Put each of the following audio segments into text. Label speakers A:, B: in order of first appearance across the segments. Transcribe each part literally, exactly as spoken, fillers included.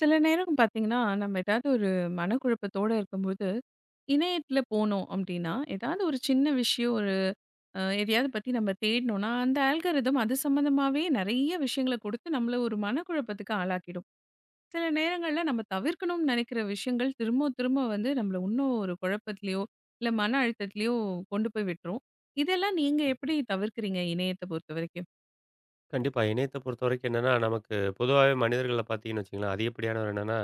A: சில நேரம் பார்த்தீங்கன்னா, நம்ம ஏதாவது ஒரு மனக்குழப்பத்தோட இருக்கும்போது, இணையத்தில போனோம் அப்டின்னா, ஏதாவது ஒரு சின்ன விஷயம் ஒரு அ எதையாவது பத்தி நம்ம தேடினோம்னா, அந்த ஆல்காரிதம் அது சம்மந்தமாவே நெறைய விஷயங்கள குடுத்து நம்மள ஒரு மனக்குழப்பத்துக்கு ஆளாக்கிடும். சில நேரங்கள்ல நம்ம தவிர்க்கணும்னு நெனைக்கிற விஷயங்கள் திரும்ப திரும்ப வந்து நம்மள இன்னும் ஒரு குழப்பத்திலயோ, இல்ல மன அழுத்தத்திலயோ கொண்டு போய் விட்டுரும். இதெல்லாம் நீங்க எப்படி தவிர்க்கிறீங்க இணையத்த பொறுத்தவரைக்கும்?
B: கண்டிப்பா. இணையத்த பொறுத்தவரைக்கும் என்னன்னா, நமக்கு பொதுவாவே மனிதர்கள பார்த்தீங்கன்னு வச்சுக்கங்களேன், அதிகப்படியானவர் என்னன்னா,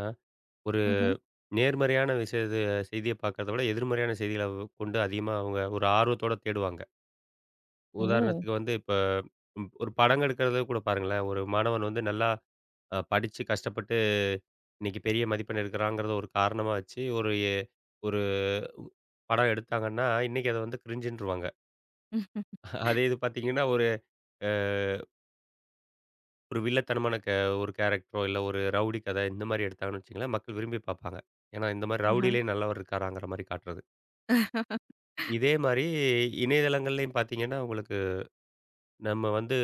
B: ஒரு
A: ம்ஹ்ம்.
B: நேர்மறையான விஷயத்த செய்திய பார்க்கறத விட, எதிர்மறையான செய்திகள கொண்டு அதிகமா அவங்க ஒரு ஆர்வத்தோட தேடுவாங்க.
A: ஓ!
B: உதாரணத்துக்கு வந்து இப்ப ஒரு படங்கள் எடுக்கிறத கூட பாருங்களேன். ஒரு மாணவன் வந்து நல்லா அ படிச்சு கஷ்டப்பட்டு இன்னைக்கு பெரிய மதிப்பெண் எடுக்கிறாங்கிறத ஒரு காரணமா வச்சு, ஒரு எ ஒரு படம் எடுத்தாங்கன்னா, இன்னைக்கு அத வந்து கிரிஞ்சுன்ருவாங்க.
A: ம்.
B: அதே இது பார்த்தீங்கன்னா, ஒரு அ ஒரு வில்லத்தனமான கே ஒரு கேரக்டரோ, இல்ல ஒரு ரவுடி கதை இந்த மாரி எடுத்தாங்கன்னு வச்சுக்கங்களேன், மக்கள் விரும்பி பார்ப்பாங்க. ஏன்னா இந்த மாரி
A: ஆஹா.
B: ரவுடியிலேயே நல்லவர் இருக்காராங்கிற மாரி காட்டுறது. இதே மாரி இணையதளங்கள்லயும் பார்த்தீங்கன்னா, உங்களுக்கு நம்ம வந்து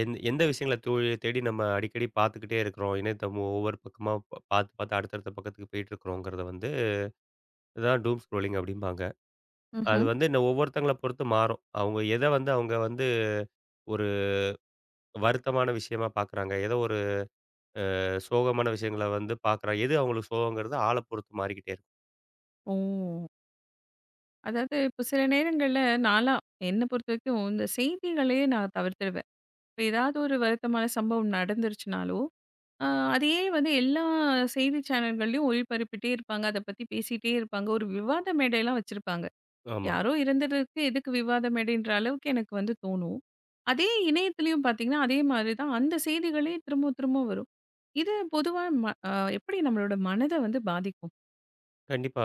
B: எந் எந்த விஷயங்கள தோ தேடி நம்ம அடிக்கடி பார்த்துக்கிட்டே இருக்கிறோம். இணையதளம் ஒவ்வொரு பக்கமா பா பார்த்து, பார்த்து அடுத்தடுத்த பக்கத்துக்கு போயிட்டுருக்கிறோங்கிறத வந்து இதுதான் டூம் ஸ்க்ரோலிங் அப்படிம்பாங்க. அது
A: ம்ஹ்ம்.
B: வந்து இந்த ஒவ்வொருத்தங்கள பொறுத்து மாறும். அவங்க எத வந்து அவங்க வந்து ஒரு வருத்தமான விஷயமா பார்க்குறாங்க, ஏதோ ஒரு சோகமான விஷயங்கள வந்து பார்க்குறாங்க. எது அவங்களுக்கு சோகங்கிறது ஆள பொறுத்து மாறிக்கிட்டே இருக்கும்.
A: ஓ! அதாவது இப்போ சில நேரங்கள்ல நான்லாம் என்ன பொறுத்தவரைக்கும் இந்த செய்திகளையே நான் தவிர்த்துடுவேன். இப்ப ஏதாவது ஒரு வருத்தமான சம்பவம் நடந்துருச்சுனாலோ, அ அதையே வந்து எல்லா செய்தி சேனல்கள்லயும் ஒளிபரப்பிட்டே இருப்பாங்க. அத பத்தி பேசிட்டே இருப்பாங்க. ஒரு விவாத மேடைலாம் வச்சிருப்பாங்க.
B: ஆமா.
A: யாரோ இறந்ததுக்கு எதுக்கு விவாத மேடைன்ற அளவுக்கு எனக்கு வந்து தோணும். அதே இணையத்திலயும் பார்த்தீங்கன்னா, அதே மாதிரி தான் அந்த செய்திகளே திரும்ப திரும்ப வரும். இது பொதுவா ம அ எப்படி நம்மளோட மனத வந்து பாதிக்கும்?
B: கண்டிப்பா.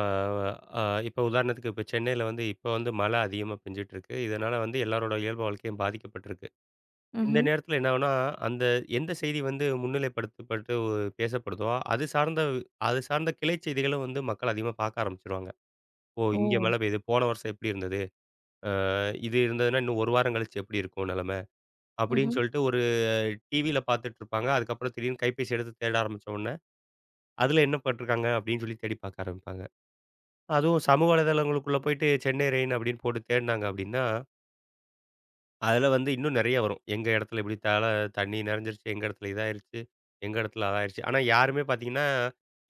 B: அ இப்ப உதாரணத்துக்கு இப்ப சென்னையில வந்து இப்ப வந்து மழை அதிகமா பெஞ்சுட்டு இருக்கு. இதனால வந்து எல்லாரோட இயல்பு வாழ்க்கையும் பாதிக்கப்பட்டிருக்கு. இந்த
A: ம்ஹ்ம்.
B: நேரத்தில என்ன ஆகும்னா, அந்த எந்த செய்தி வந்து முன்னிலைப்படுத்தப்பட்டு ஒ- பேசப்படுதோ, அது சார்ந்த அது சார்ந்த கிளை செய்திகளும் வந்து மக்கள் அதிகமா பார்க்க ஆரம்பிச்சுருவாங்க. "ஓ!
A: ஓ!
B: இங்க மழை பெய்யுது. போன வருஷம் எப்படி இருந்தது? அ இது இருந்ததுன்னா இன்னும் ஒரு வாரம் கழிச்சு எப்படி இருக்கும் நிலைமை?" அப்படின்னு
A: ம்ஹ்ம்.
B: சொல்லிட்டு ஒரு டிவியில பார்த்துட்டு இருப்பாங்க. அதுக்கப்புறம் திடீர்னு கைபேசி எடுத்து தேட ஆரம்பிச்ச உடனே, "அதுல என்ன போட்டிருக்காங்க?" அப்படின்னு சொல்லி தேடி பார்க்க ஆரம்பிப்பாங்க. அதுவும் சமூக வலைதளங்களுக்குள்ள போயிட்டு சென்னை ரெயின் அப்படின்னு போட்டு தேடுனாங்க அப்படின்னா, அதுல வந்து இன்னும் நெறைய வரும். எங்க இடத்துல இப்படி தல தண்ணி நெறைஞ்சிருச்சு, எங்க இடத்துல இதாயிருச்சு, எங்க இடத்துல அதாயிருச்சு. ஆனா யாருமே பார்த்தீங்கன்னா,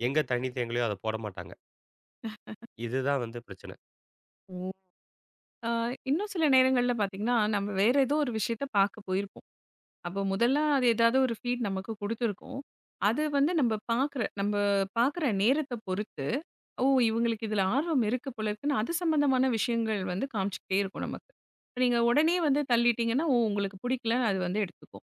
B: எங்க தண்ணி தேங்கலையோ அத போட மாட்டாங்க. இதுதான் வந்து பிரச்சனை.
A: ஓ! ஆ, இன்னும் சில நேரங்கள்ல பார்த்தீங்கன்னா, நம்ம வேற ஏதோ ஒரு விஷயத்த பார்க்க போயிருப்போம். அப்போ முதல்ல அது ஏதாவது ஒரு ஃபீட் நமக்கு குடுத்துருக்கும். அது வந்து நம்ம பார்க்குற நம்ம பார்க்குற நேரத்த பொறுத்து, "ஓ! இவங்களுக்கு இதில ஆர்வம் இருக்கு போல இருக்குன்னு" அது சம்மந்தமான விஷயங்கள் வந்து காமிச்சுக்கிட்டே இருக்கும் நமக்கு. இப்ப நீங்க உடனே வந்து தள்ளிட்டீங்கன்னா, "ஓ! உங்களுக்கு பிடிக்கலன்னு" அது வந்து எடுத்துக்கும்.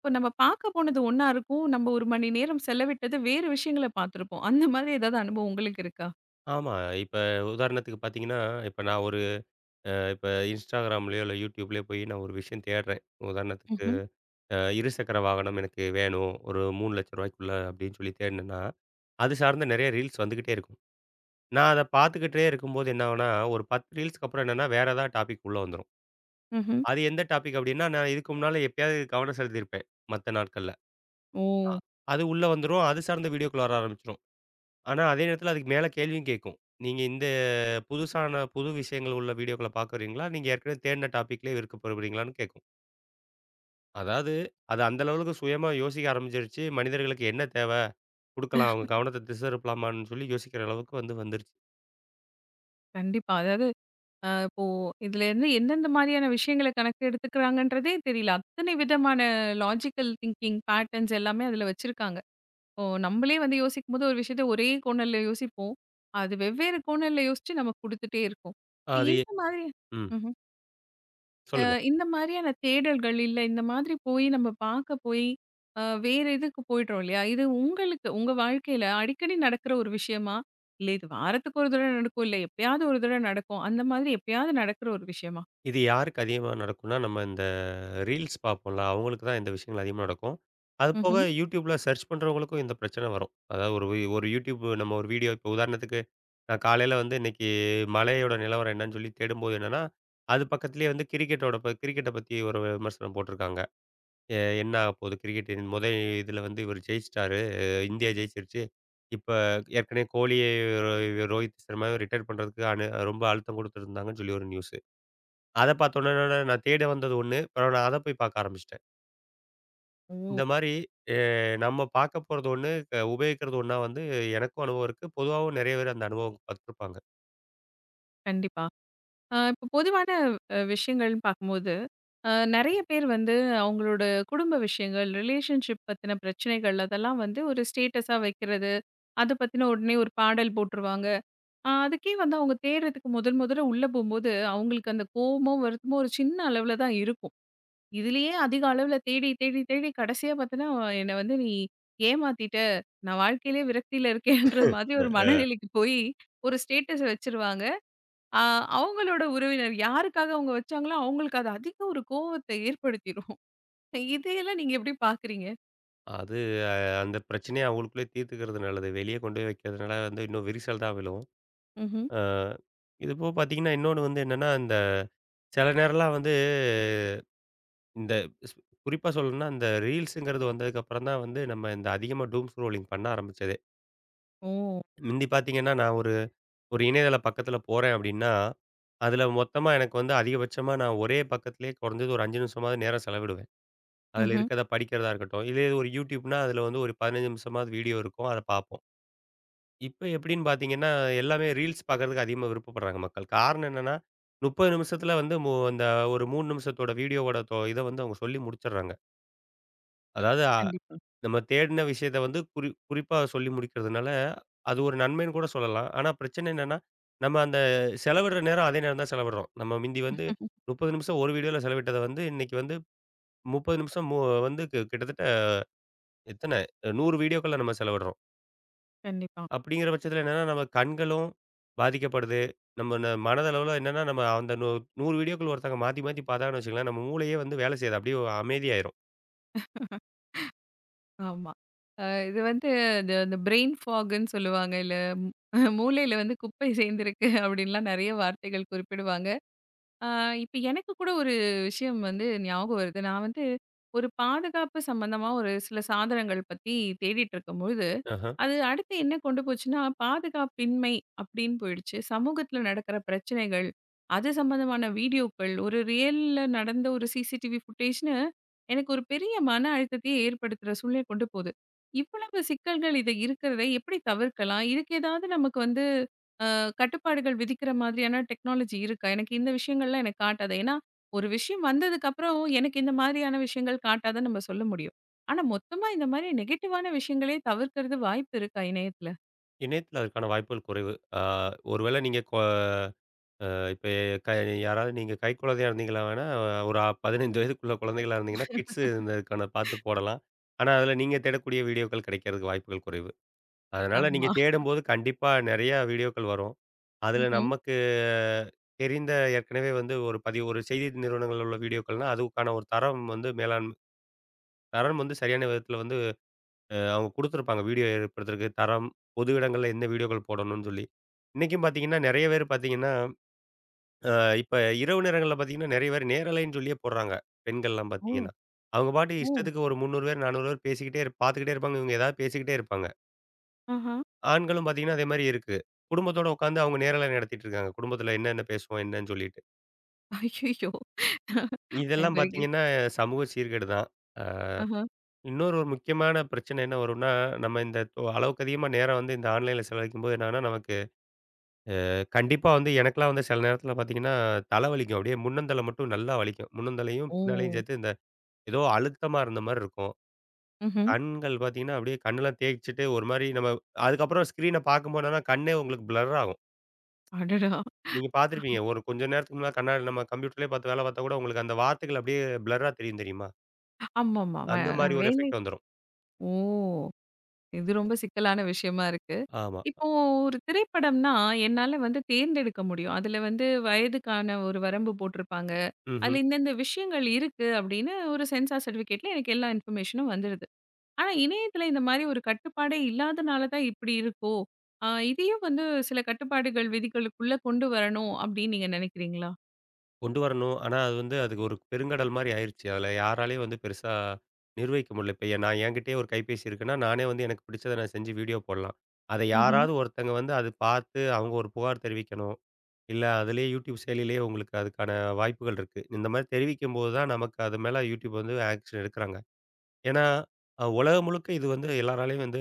A: இப்போ நம்ம பார்க்க போனது ஒண்ணா இருக்கும். நம்ம ஒரு மணி நேரம் செலவிட்டது வேறு விஷயங்கள பார்த்துருப்போம். அந்த மாதிரி ஏதாவது அனுபவம் உங்களுக்கு இருக்கா?
B: ஆமா. இப்ப உதாரணத்துக்கு பார்த்தீங்கன்னா, இப்ப நான் ஒரு இப்ப Instagramலயோ இல்ல YouTubeலயோ போய் நான் ஒரு விஷயம் தேடுறேன். உதாரணத்துக்கு
A: ம்ஹ்ம்,
B: அ இருசக்கர வாகனம் எனக்கு வேணும். ஒரு ரூ. 3,00,000க்குள்ள அப்படின்னு சொல்லி தேடுனேன்னா, அது சார்ந்த நெறைய ரீல்ஸ் வந்துகிட்டே இருக்கும். நான் அத பார்த்துக்கிட்டே இருக்கும்போது என்ன ஆகும்னா, ஒரு பத்து ரீல்ஸ்க்கு அப்புறம் என்னன்னா, வேற ஏதாவது டாபிக் உள்ள வந்துரும்.
A: ம்ஹ்ம்.
B: அது எந்த டாபிக் அப்டின்னா, நான் இதுக்கு முன்னால எப்பயாவது கவனம் செலுத்தியிருப்பேன், மத்த நாட்கள்ல.
A: ஓ!
B: அ அது உள்ள வந்துரும். அது சார்ந்த வீடியோக்கள் வர ஆரம்பிச்சுரும். ஆனா, அதே நேரத்தில அதுக்கு மேல கேள்வியும் கேட்கும். நீங்க இந்த புதுசான புது விஷயங்கள் உள்ள வீடியோக்கள பார்க்குறீங்களா? நீங்க ஏற்கனவே தேடுன டாபிக்லயே விருப்பப்படுறீங்களான்னு கேட்கும். அதாவது அது அந்த லெவலுக்கு சுயமா யோசிக்க ஆரம்பிச்சிருச்சு. மனிதர்களுக்கு என்ன தேவ? குடுக்கலாம். அவங்க கவனத்த திசை திருப்பலாமான்னு சொல்லி யோசிக்கிற அளவுக்கு வந்து வந்துருச்சு.
A: கண்டிப்பா. அதாவது அ இப்போ இதுலேருந்து எந்தெந்த மாதிரியான விஷயங்கள கணக்கு எடுத்துக்கிறாங்கன்றதே தெரியல. அத்தனை விதமான லாஜிக்கல் திங்கிங் பேட்டர்ன்ஸ் எல்லாமே அதில வச்சிருக்காங்க. இப்போ நம்மளே வந்து யோசிக்கும்போது ஒரு விஷயத்த ஒரே கோணல்ல யோசிப்போம். அது வெவ்வேறு கோணல்ல யோசிச்சு நமக்கு குடுத்துட்டே இருக்கும். இப்ப
B: அது
A: இந்த மாதிரி
B: ம்.
A: ம்ஹ்ம். அ
B: சொல்லுங்க.
A: இந்த மாதிரியான தேடல்கள் இல்ல இந்த மாதிரி போய் நம்ம பார்க்க போய் அ வேற இதுக்கு போயிடுறோம் இல்லையா? இது உங்களுக்கு உங்க வாழ்க்கையில அடிக்கடி நடக்கிற ஒரு விஷயமா? இல்ல இது வாரத்துக்கு ஒரு தடவ நடக்கும். இல்ல எப்பயாவது ஒரு தடவ நடக்கும். அந்த மாதிரி எப்பயாவது நடக்கிற ஒரு விஷயமா?
B: இது யாருக்கு அதிகமா நடக்கும்னா, நம்ம இந்த ரீல்ஸ் பார்ப்போம்ல, அவங்களுக்கு தான் இந்த விஷயங்கள் அதிகமா நடக்கும். அதுபோக
A: ம்ஹ்ம்.
B: YouTubeல சர்ச் பண்றவங்களுக்கும் இந்த பிரச்சனை வரும். அதாவது ஒரு வி- ஒரு YouTube நம்ம ஒரு வீடியோ இப்போ உதாரணத்துக்கு நான் காலையில வந்து இன்னைக்கு மழையோட நிலவரம் என்னன்னு சொல்லி தேடும்போது என்னன்னா, அது பக்கத்திலேயே வந்து கிரிக்கெட்டோட கிரிக்கெட்ட பத்தி ஒரு விமர்சனம் போட்டிருக்காங்க. எ என்ன ஆகப்போகுது கிரிக்கெட் முதல் இதில வந்து இவர் ஜெயிச்சிட்டாரு. அஹ் இந்தியா ஜெயிச்சிருச்சு. இப்ப ஏற்கனவே கோலிய ரோஹித் சர்மாவ ரிட்டயர் பண்றதுக்கு அனு ரொம்ப அழுத்தம் குடுத்துருந்தாங்கன்னு சொல்லி ஒரு நியூஸ். அத பார்த்தோனே நான் தேட வந்தது ஒண்ணு. அப்புறம் நான் அத போய் பார்க்க ஆரம்பிச்சுட்டேன்.
A: ஓ!
B: இந்த மாரி எ நம்ம பார்க்க போறது ஒண்ணு, அ உபயோகிக்கிறது ஒண்ணா வந்து எனக்கும் அனுபவம் இருக்கு. பொதுவாவும் நெறைய பேர் அந்த அனுபவம் பட்டுருப்பாங்க.
A: கண்டிப்பா. அ இப்போ பொதுவான அ விஷயங்கள்னு பார்க்கும்போது, அ நெறைய பேர் வந்து அவங்களோட குடும்ப விஷயங்கள், ரிலேஷன்ஷிப் பத்தின பிரச்சனைகள் அதெல்லாம் வந்து ஒரு ஸ்டேட்டஸா வைக்கிறது. அத பத்தின உடனே ஒரு பாடல் போட்டுருவாங்க. அ அதுக்கே வந்து அவங்க தேடுறதுக்கு முதல் முதல்ல உள்ள போம்போது, அவங்களுக்கு அந்த கோவமோ, வருத்தமோ ஒரு சின்ன அளவுல தான் இருக்கும். இதுலயே அதிக அளவுல தேடி, தேடி, தேடி கடைசியா பார்த்தன்னா, "என்ன வந்து நீ ஏமாத்திட்ட. நான் வாழ்க்கையிலேயே விரக்தியில இருக்கேன்ற" மாதிரி ஒரு மனநிலைக்கு போய் ஒரு ஸ்டேட்டஸ் வச்சுருவாங்க. ஆ அவங்களோட உறவினர் யாருக்காக அவங்க வச்சாங்களோ, அவங்களுக்கு அது அதிக ஒரு கோவத்த ஏற்படுத்திரும். இதையெல்லாம் நீங்க எப்படி பாக்குறீங்க?
B: அது அந்த பிரச்சனைய அவங்களுக்குள்ளயே தீர்த்துக்கிறது நல்லது. வெளிய கொண்டு போய் வைக்கிறதுனால வந்து இன்னும் விரிசல் தான் விழும்.
A: ம்ஹ்ம்.
B: அ இது போக பார்த்தீங்கன்னா, இன்னொன்னு வந்து என்னன்னா, இந்த சில நேரம்லாம் வந்து இந்த ஸ் குறிப்பா சொல்லணும்னா, இந்த ரீல்ஸுங்கிறது வந்ததுக்கப்புறம் தான் வந்து நம்ம இந்த அதிகமா டூம் ஸ்க்ரோலிங் பண்ண ஆரம்பிச்சதே.
A: ஓ!
B: முந்தி பார்த்தீங்கன்னா, நான் ஒரு ஒரு இணையதள பக்கத்துல போறேன் அப்டின்னா, அதுல மொத்தமா எனக்கு வந்து அதிகபட்சமா நான் ஒரே பக்கத்திலேயே குறைஞ்சது ஒரு ஐந்து நிமிஷமாவது நேரம் செலவிடுவேன். அதுல
A: ம்ஹ்ம்.
B: இருக்கிறத படிக்கிறதா இருக்கட்டும். இதே இது ஒரு YouTubeனா அதுல வந்து ஒரு பதினைந்து நிமிஷமாவது வீடியோ இருக்கும். அத பார்ப்போம். இப்ப எப்டின்னு பார்த்தீங்கன்னா, எல்லாமே ரீல்ஸ் பார்க்கறதுக்கு அதிகமா விருப்பப்படுறாங்க மக்கள். காரணம் என்னன்னா, முப்பது நிமிஷத்துல வந்து மு அந்த ஒரு மூன்று நிமிஷத்தோட வீடியோவோட தொ இத வந்து அவங்க சொல்லி முடிச்சிடுறாங்க. அதாவது அ
A: கண்டிப்பா,
B: நம்ம தேடின விஷயத்த வந்து குறி குறிப்பா சொல்லி முடிக்கிறதுனால, அது ஒரு நன்மைன்னு கூட சொல்லலாம். ஆனா பிரச்சனை என்னன்னா, நம்ம அந்த செலவிடுற நேரம் அதே நேரம் தான் செலவிடுறோம். நம்ம மிந்தி வந்து முப்பது நிமிஷம் ஒரு வீடியோல செலவிட்டத வந்து, இன்னைக்கு வந்து முப்பது நிமிஷம் மு வந்து கி கிட்டத்தட்ட எத்தன நூறு வீடியோக்கள்ல நம்ம செலவிடுறோம்.
A: கண்டிப்பா.
B: அப்படிங்கிற பட்சத்தில என்னன்னா, நம்ம கண்களும் பாதிக்கப்படுது. நம்ம ந மனதளவுல என்னன்னா, நம்ம அந்த நூ நூறு வீடியோக்கள் ஒருத்தங்க மாத்தி மாத்தி பார்த்தாங்கன்னு வச்சுக்கங்களேன், நம்ம மூளையே வந்து வேலை செய்யாது. அப்படியே அமைதியாயிரும்.
A: ஆமா. அ இது வந்து இந்த இந்த பிரெயின் ஃபாகுன்னு சொல்லுவாங்க. இல்ல மூ- மூளையில வந்து குப்பை சேர்ந்திருக்கு அப்படின்லாம் நெறைய வார்த்தைகள் குறிப்பிடுவாங்க. ஆ, இப்ப எனக்கு கூட ஒரு விஷயம் வந்து ஞாபகம் வருது. நான் வந்து ஒரு பாதுகாப்பு சம்மந்தமா ஒரு சில சாதனங்கள் பத்தி தேடிட்டு இருக்கும்பொழுது,
B: ஆஹ.
A: அது அடுத்து என்ன கொண்டு போச்சுன்னா, பாதுகாப்பின்மை அப்படின்னு போயிடுச்சு. சமூகத்துல நடக்கிற பிரச்சனைகள், அது சம்மந்தமான வீடியோக்கள், ஒரு ரியல்ல நடந்த ஒரு சிசிடிவி ஃபுட்டேஜ்ன்னு எனக்கு ஒரு பெரிய மன அழுத்தத்தையே ஏற்படுத்துற சூழ்நிலை கொண்டு போகுது. இவ்வளவு சிக்கல்கள் இது இருக்கிறதை எப்படி தவிர்க்கலாம்? இதுக்கு ஏதாவது நமக்கு வந்து அ கட்டுப்பாடுகள் விதிக்கிற மாதிரியான டெக்னாலஜி இருக்கா? எனக்கு இந்த விஷயங்கள்லாம் எனக்கு காட்டாது. ஏன்னா, ஒரு விஷயம் வந்ததுக்கப்புறம் எனக்கு இந்த மாதிரியான விஷயங்கள் காட்டாதுன்னு நம்ம சொல்ல முடியும். ஆனா, மொத்தமா இந்த மாதிரி நெகட்டிவான விஷயங்களே தவிர்க்கிறது வாய்ப்பு இருக்கா இணையத்துல?
B: இணையத்தில அதுக்கான வாய்ப்புகள் குறைவு. ஆ ஒருவேளை நீங்க கொ இப்ப க யாராவது நீங்க கைக்குழந்தையா இருந்தீங்களா வேணா, ஒரு பதினைந்து வயதுக்குள்ள குழந்தைகளா இருந்தீங்கன்னா, கிட்ஸ் இருந்ததுக்கான பார்த்து போடலாம். ஆனா, அதில நீங்க தேடக்கூடிய வீடியோக்கள் கிடைக்கிறதுக்கு வாய்ப்புகள் குறைவு. அதனால நீங்க
A: ஆமா.
B: தேடும்போது கண்டிப்பா நெறைய வீடியோக்கள் வரும். அதில
A: ம்ஹ்ம்.
B: நமக்கு தெரிந்த ஏற்கனவே வந்து ஒரு பதிவு ஒரு செய்தி நிறுவனங்கள்ல உள்ள வீடியோக்கள்னா, அதுக்கான ஒரு தரம் வந்து மேலாண்மை தரம் வந்து சரியான விதத்தில வந்து அ அவங்க குடுத்துருப்பாங்க. வீடியோ ஏற்படுத்துறதுக்கு தரம், பொது இடங்கள்ல எந்த வீடியோக்கள் போடணும்னு சொல்லி. இன்னைக்கும் பார்த்தீங்கன்னா, நெறைய பேர் பார்த்தீங்கன்னா அ இப்ப இரவு நேரங்கள்ல பார்த்தீங்கன்னா, நெறைய பேர் நேரலைன்னு சொல்லியே போடுறாங்க. பெண்கள்லாம்
A: ஓ!
B: பார்த்தீங்கன்னா. அவங்க பாட்டுக்கு
A: ஓ!
B: இஷ்டத்துக்கு ஒரு முன்னூறு பேர், நானூறு பேர் பேசிக்கிட்டே இருப் பார்த்துக்கிட்டே இருப்பாங்க. இவங்க ஏதாவது பேசிக்கிட்டே இருப்பாங்க.
A: ஆஹா.
B: ஆண்களும் பார்த்தீங்கன்னா, அதே மாரி இருக்கு. குடும்பத்தோட உட்காந்து அவங்க நேரலை நடத்திட்டு இருக்காங்க. குடும்பத்தில என்னென்ன பேசுவோம் என்னன்னு சொல்லிட்டு.
A: ஐய்யய்யோ! இதுவரைக்கும்.
B: இதெல்லாம் பார்த்தீங்கன்னா, சமூக சீர்கேடு தான். அ
A: ஆஹா.
B: இன்னொரு ஒரு முக்கியமான பிரச்சனை என்ன வரும்னா, நம்ம இந்த தொ அளவுக்கு அதிகமா நேரம் வந்து இந்த ஆன்லைன்ல செலவழிக்கும்போது என்னன்னா, நமக்கு கண்டிப்பா வந்து எனக்கெல்லாம் வந்து சில நேரத்தில பார்த்தீங்கன்னா, தலை வலிக்கும். அப்படியே முன்னந்தலை மட்டும் நல்லா வலிக்கும். முன்னந்தலையும்,
A: ஓ!
B: பின்னாலையும் சேர்த்து ஏதோ அழுத்தமா இருந்த மாரி இருக்கும்.
A: ம்ஹ்ம்.
B: கண்கள் பார்த்தீங்கன்னா, அப்படியே கண்ணெல்லாம் தேய்ச்சுட்டு ஒரு மாரி நம்ம அதுக்கப்புறம் ஸ்க்ரீன பார்க்கும்போது என்னன்னா கண்ணே உங்களுக்கு பிளர் ஆகும்.
A: அடடா!
B: நீங்க பார்த்துருப்பீங்க. ஒரு கொஞ்ச நேரத்துக்கு முன்னால கண்ணாடி நம்ம கம்ப்யூட்டர்லயே பார்த்து வேலை பார்த்தா கூட உங்களுக்கு அந்த வார்த்தைகள் அப்படியே பிளர்ரா தெரியும் தெரியுமா?
A: ஆமாமா. ம
B: அந்த மாரி ஒரு
A: வேலை
B: எஃபெக்ட் வந்துரும்.
A: ஓ! இது ரொம்ப சிக்கலான விஷயமா இருக்கு.
B: ஆமா.
A: இப்போ ஒரு திரைப்படம்னா, என்னால வந்து தேர்ந்தெடுக்க முடியும். அதுல வந்து வயதுக்கான ஒரு வரம்பு போட்டிருப்பாங்க.
B: ம்ஹ்ம்.
A: அதுல இந்தந்த விஷயங்கள் இருக்கு அப்படின்னு ஒரு சென்சார் சர்டிஃபிகேட்ல எனக்கு எல்லா இன்ஃபர்மேஷனும் வந்துடுது. ஆனா இணையத்துல இந்த மாதிரி ஒரு கட்டுப்பாடே இல்லாதனால தான் இப்படி இருக்கோ? அ இதையும் வந்து சில கட்டுப்பாடுகள் விதிகளுக்குள்ள கொண்டு வரணும் அப்படின்னு நீங்க நினைக்கிறீங்களா?
B: கொண்டு வரணும். ஆனா அது வந்து அதுக்கு ஒரு பெருங்கடல் மாரி ஆயிருச்சு. அதுல யாராலயும் வந்து பெருசா நிர்வகிக்க முடியல. இப்ப நான் என்கிட்டயே ஒரு கைபேசி இருக்குன்னா, நானே வந்து எனக்கு பிடிச்சத நான் செஞ்சு வீடியோ போடலாம். அத
A: ம்ஹ்ம்.
B: யாராவது ஒருத்தங்க வந்து அது பார்த்து அவங்க ஒரு புகார் தெரிவிக்கணும். இல்ல அதிலேயே YouTube செயலிலேயே உங்களுக்கு அதுக்கான வாய்ப்புகள் இருக்கு. இந்த மாரி தெரிவிக்கும்போது தான் நமக்கு அது மேல YouTube வந்து ஆக்ஷன் எடுக்குறாங்க. ஏன்னா, அ உலகம் முழுக்க இது வந்து எல்லாராலயும் வந்து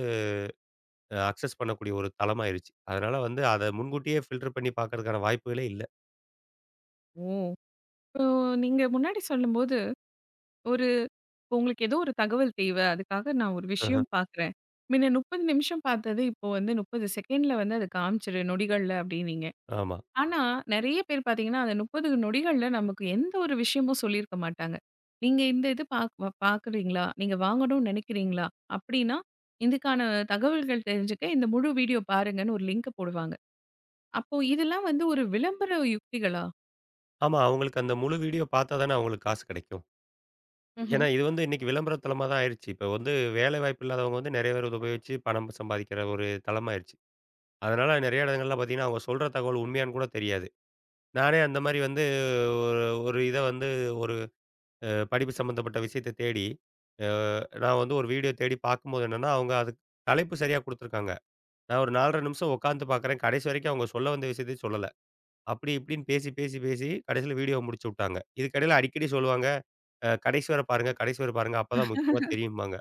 B: அ அக்சஸ் பண்ணக்கூடிய ஒரு தளமாயிருச்சு. அதனால வந்து அத முன்கூட்டியே ஃபில்டர் பண்ணி பார்க்கறதுக்கான வாய்ப்புகளே இல்ல.
A: ஓ! இப்போ நீங்க முன்னாடி சொல்லும்போது ஒரு இப்போ உங்களுக்கு ஏதோ ஒரு தகவல் தேவை. அதுக்காக நான் ஒரு
B: ஆஹ.
A: விஷயம் பார்க்குறேன். முன்ன முப்பது நிமிஷம் பார்த்தது, இப்போ வந்து முப்பது செகண்ட்ல வந்து அது காமிச்சிரு நொடிகள்ல அப்டின்னீங்க.
B: ஆமா.
A: ஆனா, நெறைய பேர் பார்த்தீங்கன்னா, அந்த முப்பது நொடிகள்ல நமக்கு எந்த ஒரு விஷயமும் சொல்லியிருக்க மாட்டாங்க. நீங்க இந்த இது பாக் பார்க்குறீங்களா? நீங்க வாங்கணும்னு நினைக்கிறீங்களா? அப்டின்னா, இதுக்கான தகவல்கள் தெரிஞ்சுக்க இந்த முழு வீடியோ பாருங்கன்னு ஒரு லிங்க் போடுவாங்க. அப்போ இதெல்லாம் வந்து ஒரு விளம்பர யுக்திகளா?
B: ஆமா. அவங்களுக்கு அந்த முழு வீடியோ பார்த்தா தானே அவங்களுக்கு காசு கிடைக்கும். ஏன்னா,
A: ம்ஹ்ம்.
B: இது வந்து இன்னைக்கு விளம்பர தளமா தான் ஆயிருச்சு. இப்ப வந்து வேலை வாய்ப்பு இல்லாதவங்க வந்து நெறைய பேர் இத உபயோகிச்சு பணம் சம்பாதிக்கிற ஒரு தளமாயிருச்சு. அதனால நெறைய இடங்கள்ல பார்த்தீங்கன்னா, அவங்க சொல்ற தகவல் உண்மையான்னு கூட தெரியாது. நானே அந்த மாரி வந்து ஒரு ஒரு இத வந்து ஒரு அ படிப்பு சம்மந்தப்பட்ட விஷயத்த தேடி, அ நான் வந்து ஒரு வீடியோ தேடி பார்க்கும்போது என்னன்னா, அவங்க அதுக்கு தலைப்பு சரியா குடுத்துருக்காங்க. நான் ஒரு நாலரை நிமிஷம் உட்காந்து பார்க்குறேன். கடைசி வரைக்கும் அவங்க சொல்ல வந்த விஷயத்தையும் சொல்லல. அப்படி இப்படின்னு பேசி, பேசி, பேசி கடைசியில வீடியோவ முடிச்சு விட்டாங்க. இதுக்கிடையில அடிக்கடி சொல்லுவாங்க, அ "கடைசி வர பாருங்க, கடைசி வர பாருங்க. அப்பதான் முக்கியமா தெரியும்பாங்க."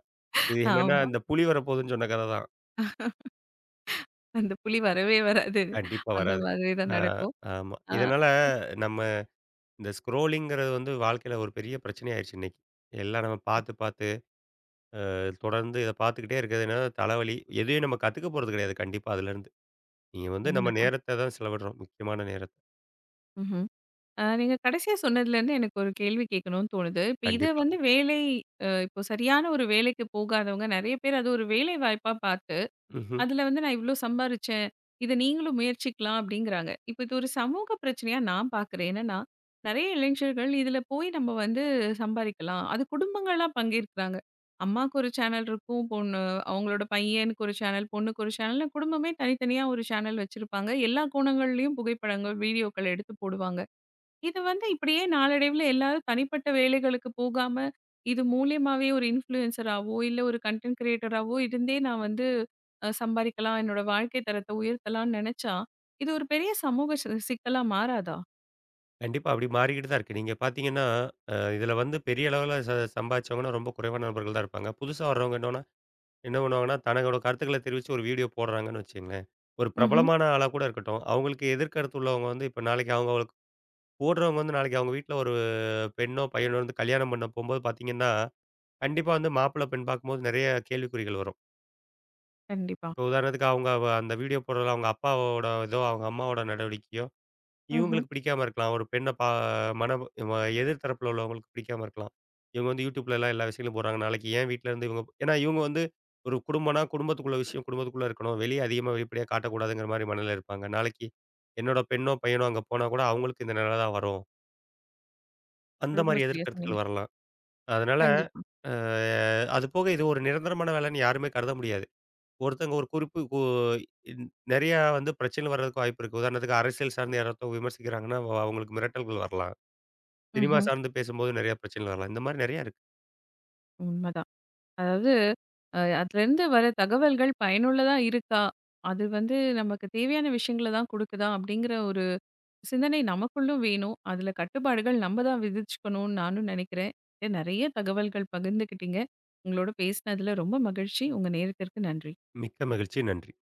B: இது என்னன்னா,
A: ஆமா.
B: இந்த புலி வரப்போகுதுன்னு சொன்ன கத தான்.
A: அந்த புலி வரவே வராது.
B: கண்டிப்பா
A: அந்த
B: வராது.
A: மாதிரி தான்
B: அ
A: நடக்கும்.
B: ஆமா.
A: ஆ.
B: இதனால
A: இப்
B: நம்ம இந்த ஸ்க்ரோலிங்கிறது வந்து வாழ்க்கையில ஒரு பெரிய பிரச்சனையாயிருச்சு இன்னைக்கு. எல்லாம் நம்ம பார்த்து, பார்த்து தொடர்ந்து இத பார்த்துக்கிட்டே இருக்கிறதுனால தலைவலி. எதையும் நம்ம கத்துக்க போறது கிடையாது கண்டிப்பா அதுலேருந்து. நீங்க வந்து நம்ம
A: உண்மைதான்.
B: நேரத்த தான் செலவிடுறோம். முக்கியமான நேரத்த.
A: ம்ஹ்ம். ஆ நீங்க கடைசியா சொன்னதுலேருந்து எனக்கு ஒரு கேள்வி கேட்கணும்னு தோணுது. இப்ப இத
B: கண்டிப்பா.
A: வந்து வேலை அ இப்போ சரியான ஒரு வேலைக்கு போகாதவங்க நெறைய பேர் அது ஒரு வேலை வாய்ப்பா பார்த்து
B: ம்ஹ்ம்.
A: அதுல வந்து நான் இவ்ளோ சம்பாரிச்சேன். இத நீங்களும் முயற்சிக்கலாம் அப்டிங்கிறாங்க. இப்ப இது ஒரு சமூக பிரச்சனையா நான் பார்க்குறேன். என்னன்னா, நெறைய இளைஞர்கள் இதுல போய் நம்ம வந்து சம்பாரிக்கலாம். அது குடும்பங்களா பங்கேற்கிறாங்க. அம்மாக்கு ஒரு சேனல் இருக்கும். பொண்ணு அவங்களோட பையனுக்கு ஒரு சேனல், பொண்ணுக்கு ஒரு சேனல்னு குடும்பமே தனித்தனியா ஒரு சேனல் வச்சிருப்பாங்க. எல்லா கோணங்கள்லயும் புகைப்படங்கள், வீடியோக்கள் எடுத்து போடுவாங்க. இது வந்து இப்படியே நாளடைவுல எல்லாரும் தனிப்பட்ட வேலைகளுக்கு போகாம, இது மூலியமாவே ஒரு இன்ஃப்ளூயன்சராவோ, இல்ல ஒரு கன்டென்ட் கிரியேட்டராவோ இருந்தே நான் வந்து அ சம்பாரிக்கலாம். என்னோட வாழ்க்கை தரத்தை உயர்த்தலாம்னு நெனச்சா, இது ஒரு பெரிய சமூக சி சிக்கலா மாறாதா?
B: கண்டிப்பா அப்படி மாறிக்கிட்டு தான் இருக்கு. நீங்க பார்த்தீங்கன்னா, அ இதுல வந்து பெரிய அளவுல ச சம்பாதிச்சவங்கன்னா ரொம்ப குறைவான நபர்கள் தான் இருப்பாங்க. புதுசா வர்றவங்க என்னன்னா என்ன பண்ணுவாங்கன்னா, தங்களோட கருத்துக்கள தெரிவிச்சு ஒரு வீடியோ போடுறாங்கன்னு வச்சுக்கங்களேன். ஒரு
A: ம்ஹ்ம்.
B: பிரபலமான ஆளா கூட இருக்கட்டும். அவங்களுக்கு எதிர்கருத்து உள்ளவங்க வந்து இப்ப நாளைக்கு அவங்க அவங்களுக்கு போடுறவங்க வந்து நாளைக்கு அவங்க வீட்ல ஒரு பெண்ணோ, பையனோ வந்து கல்யாணம் பண்ண போம்போது பார்த்தீங்கன்னா, கண்டிப்பா வந்து மாப்பிள்ளை, பெண் பார்க்கும்போது நெறைய கேள்விக்குறிகள் வரும்.
A: கண்டிப்பா.
B: இப்போ உதாரணத்துக்கு அவங்க வ அந்த வீடியோ போடுறதுல அவங்க அப்பாவோட இதோ, அவங்க அம்மாவோட நடவடிக்கையோ,
A: ம்ஹ்ம்.
B: இவங்களுக்கு பிடிக்காம இருக்கலாம். ஒரு பெண்ண பா மன வ எதிர் தரப்புல உள்ளவங்களுக்கு பிடிக்காம இருக்கலாம். இவங்க வந்து YouTubeலலாம் எல்லா விஷயங்களும் போடுறாங்க. நாளைக்கு ஏன் வீட்லருந்து இவங்க ஏன்னா இவங்க வந்து ஒரு குடும்பம்னா, குடும்பத்துக்குள்ள விஷயம் குடும்பத்துக்குள்ள இருக்கணும். வெளிய அதிகமா வெளிப்படையா காட்டக்கூடாதுங்கிற மாரி மனநிலையில இருப்பாங்க. நாளைக்கு என்னோட பெண்ணோ, பையனோ அங்க போனா கூட அவங்களுக்கு இந்த நிலை தான் வரும். அந்த
A: ரொம்ப
B: மாரி
A: சரியா சொன்னீங்க.
B: எதிர்கருத்துக்கள் வரலாம். அதனால,
A: கண்டிப்பா.
B: அ அதுபோக இது ஒரு நிரந்தரமான வேலைன்னு யாருமே கருத முடியாது. ஒருத்தங்க ஒரு குறிப்பு கு இன் நெறையா வந்து பிரச்சனைகள் வர்றதுக்கு வாய்ப்பு இருக்கு. உதாரணத்துக்கு அரசியல் சார்ந்து யாராவது விமர்சிக்கிறாங்கன்னா, அவ் அவங்களுக்கு மிரட்டல்கள் வரலாம். சினிமா
A: ம்ஹ்ம்.
B: சார்ந்து பேசும்போது நெறைய பிரச்சனைகள் வரலாம். இந்த மாரி நெறையா இருக்கு.
A: உண்மதான். அதாவது அ அதுலேருந்து வர தகவல்கள் பயனுள்ளதா இருக்கா? அது வந்து நமக்கு தேவையான விஷயங்கள தான் குடுக்குதா? அப்படிங்கிற ஒரு சிந்தனை நமக்குள்ளும் வேணும். அதுல கட்டுப்பாடுகள் நம்ம தான் விதிச்சுக்கணும்னு நானும் நெனைக்கிறேன். நெறைய தகவல்கள் பகிர்ந்துக்கிட்டீங்க. உங்களோட பேசினதுல ரொம்ப மகிழ்ச்சி. உங்க நேரத்திற்கு நன்றி.
B: மிக்க மகிழ்ச்சி. நன்றி.